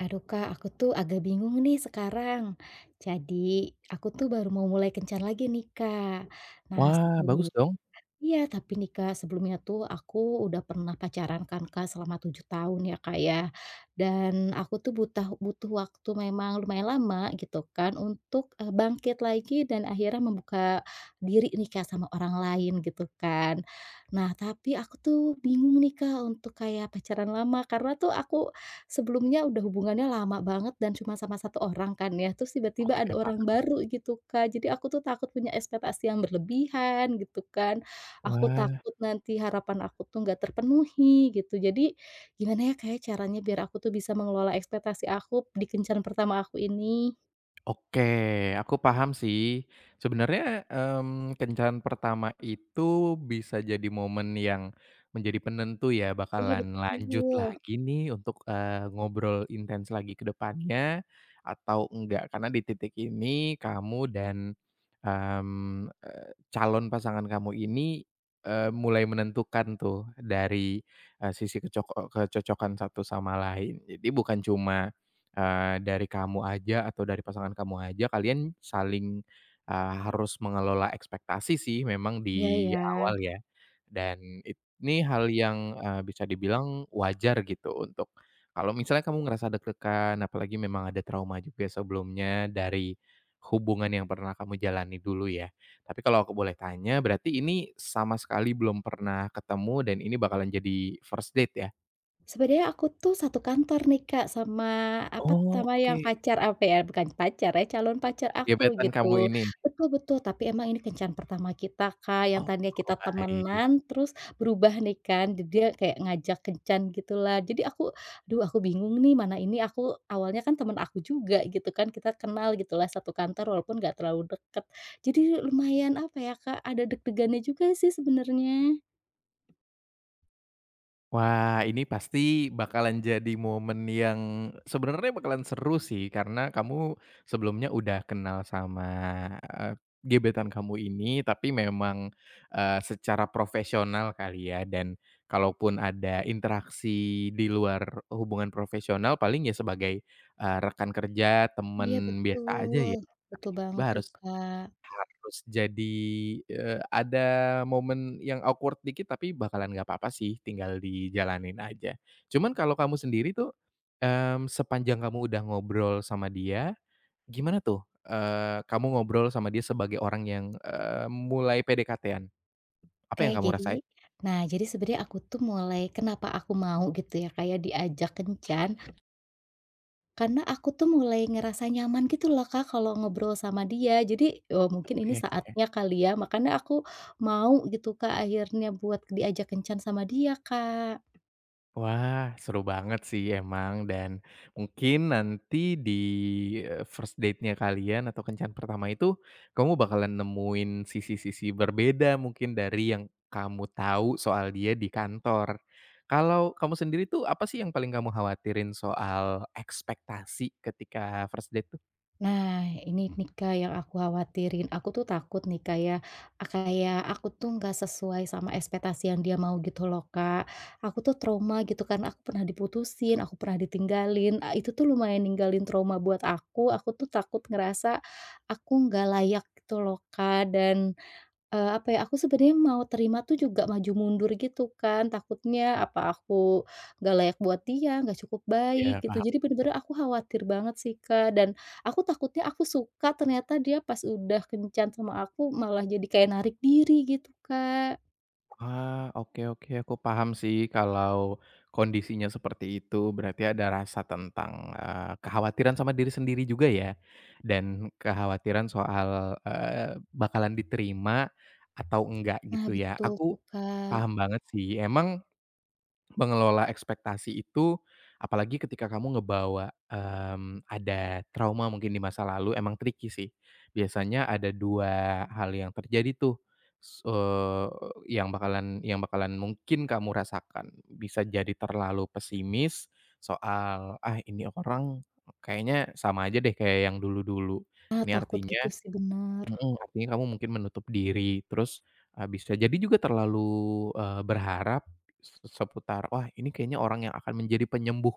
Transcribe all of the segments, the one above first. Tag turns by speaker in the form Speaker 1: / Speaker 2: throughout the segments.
Speaker 1: Aduh Kak, aku tuh agak bingung nih sekarang. Jadi, aku tuh baru mau mulai kencan lagi nih Kak. Nah
Speaker 2: Wah,
Speaker 1: sebelum
Speaker 2: bagus dong.
Speaker 1: Iya, tapi nih Kak, sebelumnya tuh aku udah pernah pacaran kan Kak selama 7 tahun ya Kak ya. Dan aku tuh butuh butuh waktu memang lumayan lama gitu kan untuk, bangkit lagi dan akhirnya membuka diri nih Kak sama orang lain gitu kan. Nah, tapi aku tuh bingung nih Kak untuk kayak pacaran lama karena tuh aku sebelumnya udah hubungannya lama banget dan cuma sama satu orang kan ya, terus tiba-tiba ada
Speaker 2: Oke,
Speaker 1: orang
Speaker 2: paham.
Speaker 1: baru gitu Kak. Jadi aku tuh takut punya ekspektasi yang berlebihan gitu kan. Aku
Speaker 2: Wah,
Speaker 1: takut nanti harapan aku tuh nggak terpenuhi gitu. Jadi gimana ya kayak caranya biar aku tuh bisa mengelola ekspektasi aku di kencan pertama aku ini?
Speaker 2: oke, aku paham sih. Sebenarnya, kencan pertama itu bisa jadi momen yang menjadi penentu ya,
Speaker 1: Iya
Speaker 2: bakalan lanjut
Speaker 1: betul.
Speaker 2: lagi nih untuk, ngobrol intens lagi ke depannya atau enggak. Karena di titik ini kamu dan, calon pasangan kamu ini, mulai menentukan tuh dari, sisi kecocokan satu sama lain. Jadi bukan cuma dari kamu aja atau dari pasangan kamu aja, kalian saling, harus mengelola ekspektasi sih memang
Speaker 1: Iya
Speaker 2: di
Speaker 1: ya.
Speaker 2: awal ya. Dan ini hal yang, bisa dibilang wajar gitu untuk, kalau misalnya kamu ngerasa deg-degan, apalagi memang ada trauma juga sebelumnya dari hubungan yang pernah kamu jalani dulu ya. Tapi kalau aku boleh tanya, berarti ini sama sekali belum pernah ketemu dan ini bakalan jadi first date ya?
Speaker 1: Sebenarnya aku tuh satu kantor nih, Kak, sama apa,
Speaker 2: Oh,
Speaker 1: sama yang
Speaker 2: oke,
Speaker 1: pacar apa ya, bukan pacar ya, calon pacar aku
Speaker 2: gebetan kamu
Speaker 1: gitu.
Speaker 2: ini?
Speaker 1: Betul betul, tapi emang ini kencan pertama kita, Kak, yang
Speaker 2: Oh,
Speaker 1: tadinya kita
Speaker 2: baik.
Speaker 1: temenan terus berubah nih kan, jadi dia kayak ngajak kencan gitulah. Aduh aku bingung nih mana ini aku awalnya kan teman aku juga gitu kan, kita kenal gitulah satu kantor walaupun nggak terlalu deket. Jadi lumayan apa ya, Kak, ada deg-degannya juga sih sebenarnya.
Speaker 2: Wah, ini pasti bakalan jadi momen yang sebenarnya bakalan seru sih, karena kamu sebelumnya udah kenal sama, eee, gebetan kamu ini, tapi memang, secara profesional kali ya. Dan kalaupun ada interaksi di luar hubungan profesional, paling ya sebagai, rekan kerja,
Speaker 1: Iya
Speaker 2: temen biasa aja
Speaker 1: betul,
Speaker 2: ya, tapi
Speaker 1: betul
Speaker 2: tiba-tiba
Speaker 1: banget tuh,
Speaker 2: harus
Speaker 1: Kak.
Speaker 2: Harus jadi, ada momen yang awkward dikit, tapi bakalan nggak apa-apa sih, tinggal dijalanin aja. Cuman kalau kamu sendiri tuh, sepanjang kamu udah ngobrol sama dia, gimana tuh, kamu ngobrol sama dia sebagai orang yang, mulai PDKT-an? Apa
Speaker 1: Oke,
Speaker 2: yang kamu
Speaker 1: jadi
Speaker 2: rasain?
Speaker 1: nah, jadi sebenarnya aku tuh mulai kenapa aku mau gitu ya, kayak diajak kencan, karena aku tuh mulai ngerasa nyaman gitu loh, Kak, kalau ngobrol sama dia. Jadi, mungkin ini
Speaker 2: Oke.
Speaker 1: saatnya kali ya, makanya aku mau gitu, Kak, akhirnya buat diajak kencan sama dia, Kak.
Speaker 2: Wah, seru banget sih emang. Dan mungkin nanti di, first date-nya kalian atau kencan pertama itu, kamu bakalan nemuin sisi-sisi berbeda mungkin dari yang kamu tahu soal dia di kantor. Kalau kamu sendiri tuh, apa sih yang paling kamu khawatirin soal ekspektasi ketika first date tuh?
Speaker 1: Nah, ini nih Kak yang aku khawatirin. Aku tuh takut nih Kak ya, kayak aku tuh nggak sesuai sama ekspektasi yang dia mau gitu loh Kak. Aku tuh trauma gitu karena aku pernah diputusin, aku pernah ditinggalin, itu tuh lumayan ninggalin trauma buat aku tuh takut ngerasa aku nggak layak gitu loh Kak, dan apa ya, aku sebenarnya mau terima tuh juga maju mundur gitu kan, takutnya aku nggak layak buat dia, nggak cukup
Speaker 2: Iya.
Speaker 1: baik gitu. Jadi bener-bener aku khawatir banget sih, Kak, dan aku takutnya aku suka ternyata dia pas udah kencan sama aku malah jadi kayak narik diri gitu, Kak.
Speaker 2: Ah, oke, oke, aku paham sih kalau kondisinya seperti itu. Berarti ada rasa tentang, kekhawatiran sama diri sendiri juga ya, dan kekhawatiran soal, bakalan diterima atau enggak
Speaker 1: Nah
Speaker 2: gitu ya.
Speaker 1: betul
Speaker 2: Aku
Speaker 1: tuh, Kak.
Speaker 2: paham banget sih, emang mengelola ekspektasi itu, apalagi ketika kamu ngebawa, ada trauma mungkin di masa lalu, emang tricky sih. Biasanya ada 2 hal yang terjadi tuh, s eee, yang bakalan mungkin kamu rasakan. Bisa jadi terlalu pesimis soal, "Ah, ini orang kayaknya sama aja deh kayak yang dulu-dulu."
Speaker 1: Ah,
Speaker 2: Ini
Speaker 1: takut
Speaker 2: artinya
Speaker 1: gitu sih, bener.
Speaker 2: Mhm, Artinya kamu mungkin menutup diri. Terus, bisa jadi juga terlalu, berharap seputar, "Wah, ini kayaknya orang yang akan menjadi penyembuh,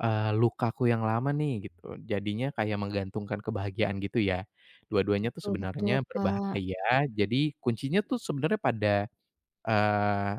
Speaker 2: lukaku yang lama nih," gitu. Jadinya kayak menggantungkan kebahagiaan gitu ya. Dua-duanya tuh
Speaker 1: Betul betul,
Speaker 2: sebenarnya
Speaker 1: Kak.
Speaker 2: berbahaya, jadi kuncinya tuh sebenarnya pada, eee,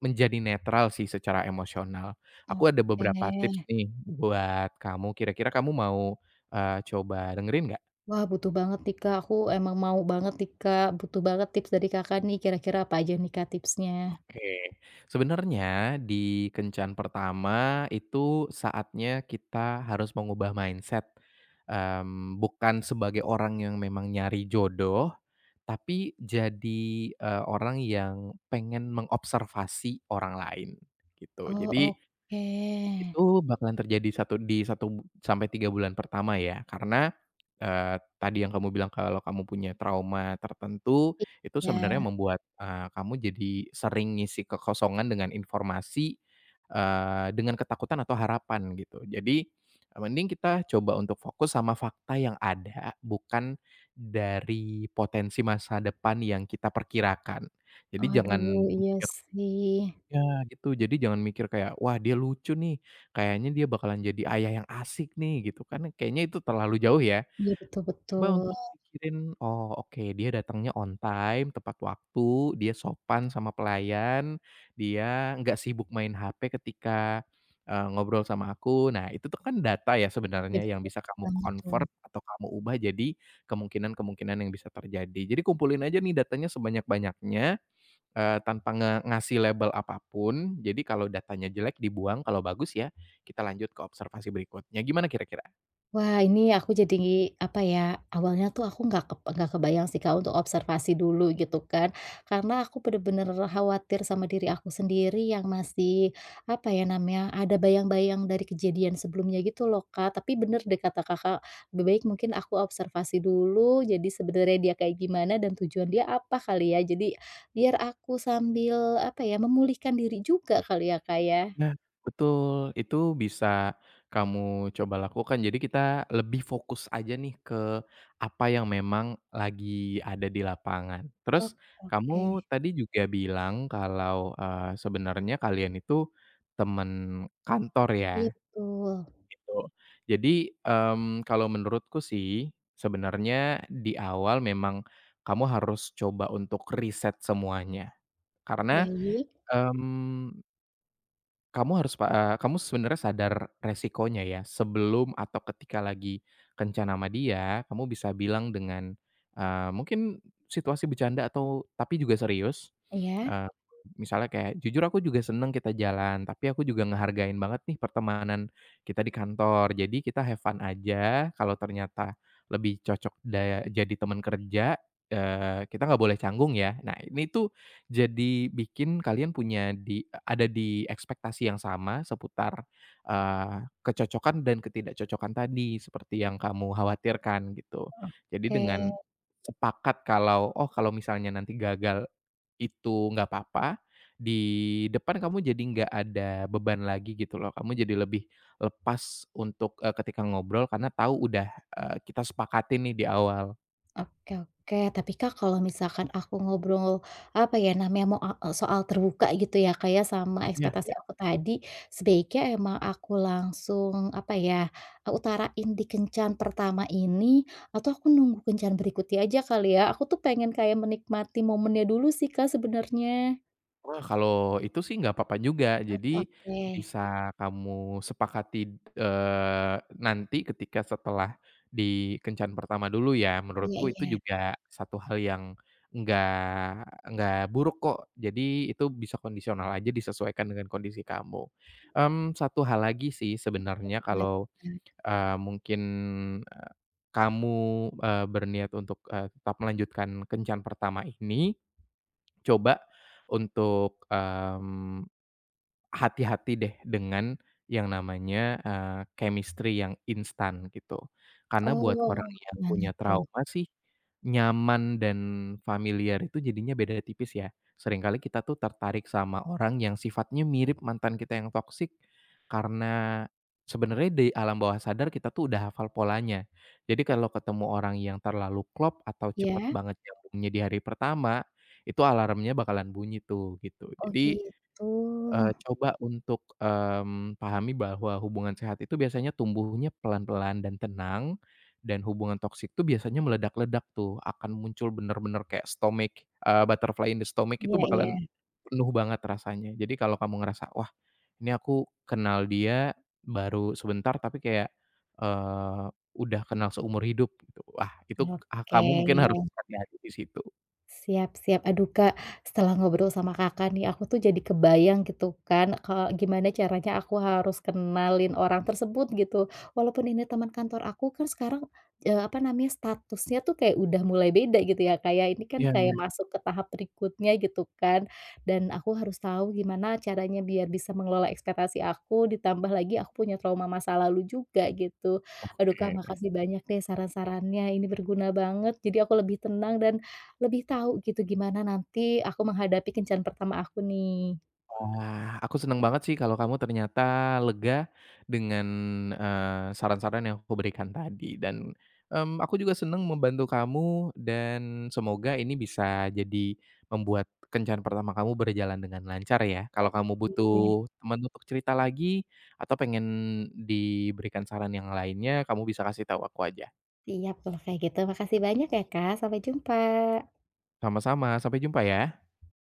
Speaker 2: menjadi netral sih secara emosional. Aku ada
Speaker 1: Oke.
Speaker 2: beberapa tips nih buat kamu, kira-kira kamu mau, coba dengerin nggak?
Speaker 1: Wah, butuh banget nih, Kak, aku emang mau banget nih, Kak, butuh banget tips dari Kakak nih, kira-kira apa aja nih, Kak, tipsnya?
Speaker 2: Oke, sebenarnya di kencan pertama itu saatnya kita harus mengubah mindset, bukan sebagai orang yang memang nyari jodoh, tapi jadi, orang yang pengen mengobservasi orang lain, gitu.
Speaker 1: Oh,
Speaker 2: Jadi
Speaker 1: oke.
Speaker 2: itu bakalan terjadi di 1 sampai 3 bulan pertama ya, karena, tadi yang kamu bilang kalau kamu punya trauma tertentu, itu sebenarnya
Speaker 1: Iya.
Speaker 2: membuat, kamu jadi sering ngisi kekosongan dengan informasi, dengan ketakutan atau harapan gitu. Jadi, mending kita coba untuk fokus sama fakta yang ada, bukan dari potensi masa depan yang kita perkirakan. Jadi jangan
Speaker 1: Aduh, iya
Speaker 2: mikir
Speaker 1: sih.
Speaker 2: Ya, gitu, jadi jangan mikir kayak, "Wah, dia lucu nih, kayaknya dia bakalan jadi ayah yang asik nih," gitu kan, kayaknya itu terlalu jauh ya.
Speaker 1: Iya, betul
Speaker 2: Coba
Speaker 1: betul.
Speaker 2: untuk
Speaker 1: Heeh.
Speaker 2: pikirin, "Oh, oke, dia datangnya on time, tepat waktu, dia sopan sama pelayan, dia nggak sibuk main HP ketika, ngobrol sama aku." Nah, itu tuh kan data ya
Speaker 1: Iya,
Speaker 2: sebenarnya, yang
Speaker 1: betul
Speaker 2: bisa kamu
Speaker 1: banget tuh.
Speaker 2: convert atau kamu ubah jadi kemungkinan-kemungkinan yang bisa terjadi. Jadi kumpulin aja nih datanya sebanyak-banyaknya, tanpa ngasih label apapun. Jadi kalau datanya jelek dibuang, kalau bagus ya kita lanjut ke observasi berikutnya, gimana kira-kira?
Speaker 1: Wah, ini aku jadi, apa ya, awalnya tuh aku nggak kebayang sih, Kak, untuk observasi dulu gitu kan. Karena aku bener-bener khawatir sama diri aku sendiri yang masih, apa ya namanya, ada bayang-bayang dari kejadian sebelumnya gitu loh, Kak. Tapi bener deh kata Kakak, lebih baik mungkin aku observasi dulu, jadi sebenarnya dia kayak gimana dan tujuan dia apa kali ya. Jadi biar aku sambil, apa ya, memulihkan diri juga kali ya, Kak, ya.
Speaker 2: Nah. Betul, itu bisa kamu coba lakukan. Jadi kita lebih fokus aja nih ke apa yang memang lagi ada di lapangan. Terus
Speaker 1: Oke oke.
Speaker 2: kamu tadi juga bilang kalau, sebenarnya kalian itu teman kantor ya?
Speaker 1: Iya betul.
Speaker 2: Gitu. Jadi, kalau menurutku sih, sebenarnya di awal memang kamu harus coba untuk riset semuanya. Karena,
Speaker 1: Baik,
Speaker 2: mmm, kamu harus pa eee, kamu sebenarnya sadar resikonya ya. Sebelum atau ketika lagi kencan sama dia, kamu bisa bilang dengan, mungkin situasi bercanda atau tapi juga serius,
Speaker 1: ya.
Speaker 2: eee, misalnya kayak, "Jujur aku juga seneng kita jalan, tapi aku juga ngehargain banget nih pertemanan kita di kantor. Jadi kita have fun aja, kalau ternyata lebih cocok jadi teman kerja, kita nggak boleh canggung ya." Nah, ini tuh jadi bikin kalian punya di ada di ekspektasi yang sama seputar, kecocokan dan ketidakcocokan tadi seperti yang kamu khawatirkan gitu. Jadi
Speaker 1: Oke
Speaker 2: dengan sepakat kalau, oh, kalau misalnya nanti gagal itu nggak apa-apa, di depan kamu jadi nggak ada beban lagi gitu loh. Kamu jadi lebih lepas untuk, ketika ngobrol, karena tahu udah, kita sepakatin nih di awal.
Speaker 1: oke oke. Tapi Kak, kalau misalkan aku ngobrol, apa ya namanya, mau soal terbuka gitu ya kayak sama
Speaker 2: Iya.
Speaker 1: ekspektasi aku tadi, sebaiknya emang aku langsung, apa ya, utarain di kencan pertama ini, atau aku nunggu kencan berikutnya aja kali ya? Aku tuh pengen kayak menikmati momennya dulu sih Kak sebenarnya.
Speaker 2: Wah, kalau itu sih nggak apa-apa juga.
Speaker 1: Oke
Speaker 2: Jadi
Speaker 1: oke.
Speaker 2: bisa kamu sepakati, eee, nanti ketika setelah di kencan pertama dulu ya,
Speaker 1: Iya
Speaker 2: menurutku itu
Speaker 1: iya,
Speaker 2: juga satu hal yang nggak nggak buruk kok. Jadi itu bisa kondisional aja, disesuaikan dengan kondisi kamu. Satu hal lagi sih sebenarnya,
Speaker 1: gimana tuh
Speaker 2: kalau,
Speaker 1: Kak?
Speaker 2: mungkin, eee, kamu, berniat untuk, tetap melanjutkan kencan pertama ini, coba untuk, hati-hati deh dengan yang namanya, chemistry yang instan gitu. Karena buat orang
Speaker 1: Oh,
Speaker 2: yang
Speaker 1: gimana
Speaker 2: punya
Speaker 1: tuh?
Speaker 2: trauma sih, nyaman dan familiar itu jadinya beda tipis ya. Seringkali kita tuh tertarik sama orang yang sifatnya mirip mantan kita yang toksik, karena sebenarnya di alam bawah sadar kita tuh udah hafal polanya. Jadi kalau ketemu orang yang terlalu klop atau cepet
Speaker 1: Ya.
Speaker 2: banget nyambungnya di hari pertama, itu alarmnya bakalan bunyi tuh gitu.
Speaker 1: Oh
Speaker 2: Jadi
Speaker 1: gitu.
Speaker 2: Coba untuk, pahami bahwa hubungan sehat itu biasanya tumbuhnya pelan-pelan dan tenang, dan hubungan toksik tuh biasanya meledak-ledak tuh, akan muncul bener-bener kayak butterfly in the stomach itu
Speaker 1: Iya iya.
Speaker 2: bakalan penuh banget rasanya. Jadi kalau kamu ngerasa, "Wah, ini aku kenal dia baru sebentar tapi kayak, eee, udah kenal seumur hidup," gitu. Wah, itu,
Speaker 1: Oke,
Speaker 2: kamu mungkin harus hati-hati di situ.
Speaker 1: Siap siap. Aduh, Kak, setelah ngobrol sama Kakak nih, aku tuh jadi kebayang gitu kan, kalau gimana caranya aku harus kenalin orang tersebut gitu. Walaupun ini teman kantor aku kan sekarang, apa namanya, statusnya tuh kayak udah mulai beda gitu ya, kayak ini kan
Speaker 2: Iya.
Speaker 1: kayak masuk ke tahap berikutnya gitu kan, dan aku harus tahu gimana caranya biar bisa mengelola ekspektasi aku, ditambah lagi aku punya trauma masa lalu juga gitu. Aduh, Kak,
Speaker 2: Oke.
Speaker 1: makasih banyak deh saran-sarannya, ini berguna banget. Jadi aku lebih tenang dan lebih tahu gitu gimana nanti aku menghadapi kencan pertama aku nih.
Speaker 2: Wah, aku seneng banget sih kalau kamu ternyata lega dengan, saran-saran yang aku berikan tadi. Dan, aku juga seneng membantu kamu, dan semoga ini bisa jadi membuat kencan pertama kamu berjalan dengan lancar ya. Kalau kamu
Speaker 1: Oke,
Speaker 2: butuh teman untuk cerita lagi atau pengen diberikan saran yang lainnya, kamu bisa kasih tahu aku aja.
Speaker 1: siap kalau kayak gitu. Makasih banyak ya, Kak. Sampai jumpa.
Speaker 2: Sama-sama, sampai jumpa ya.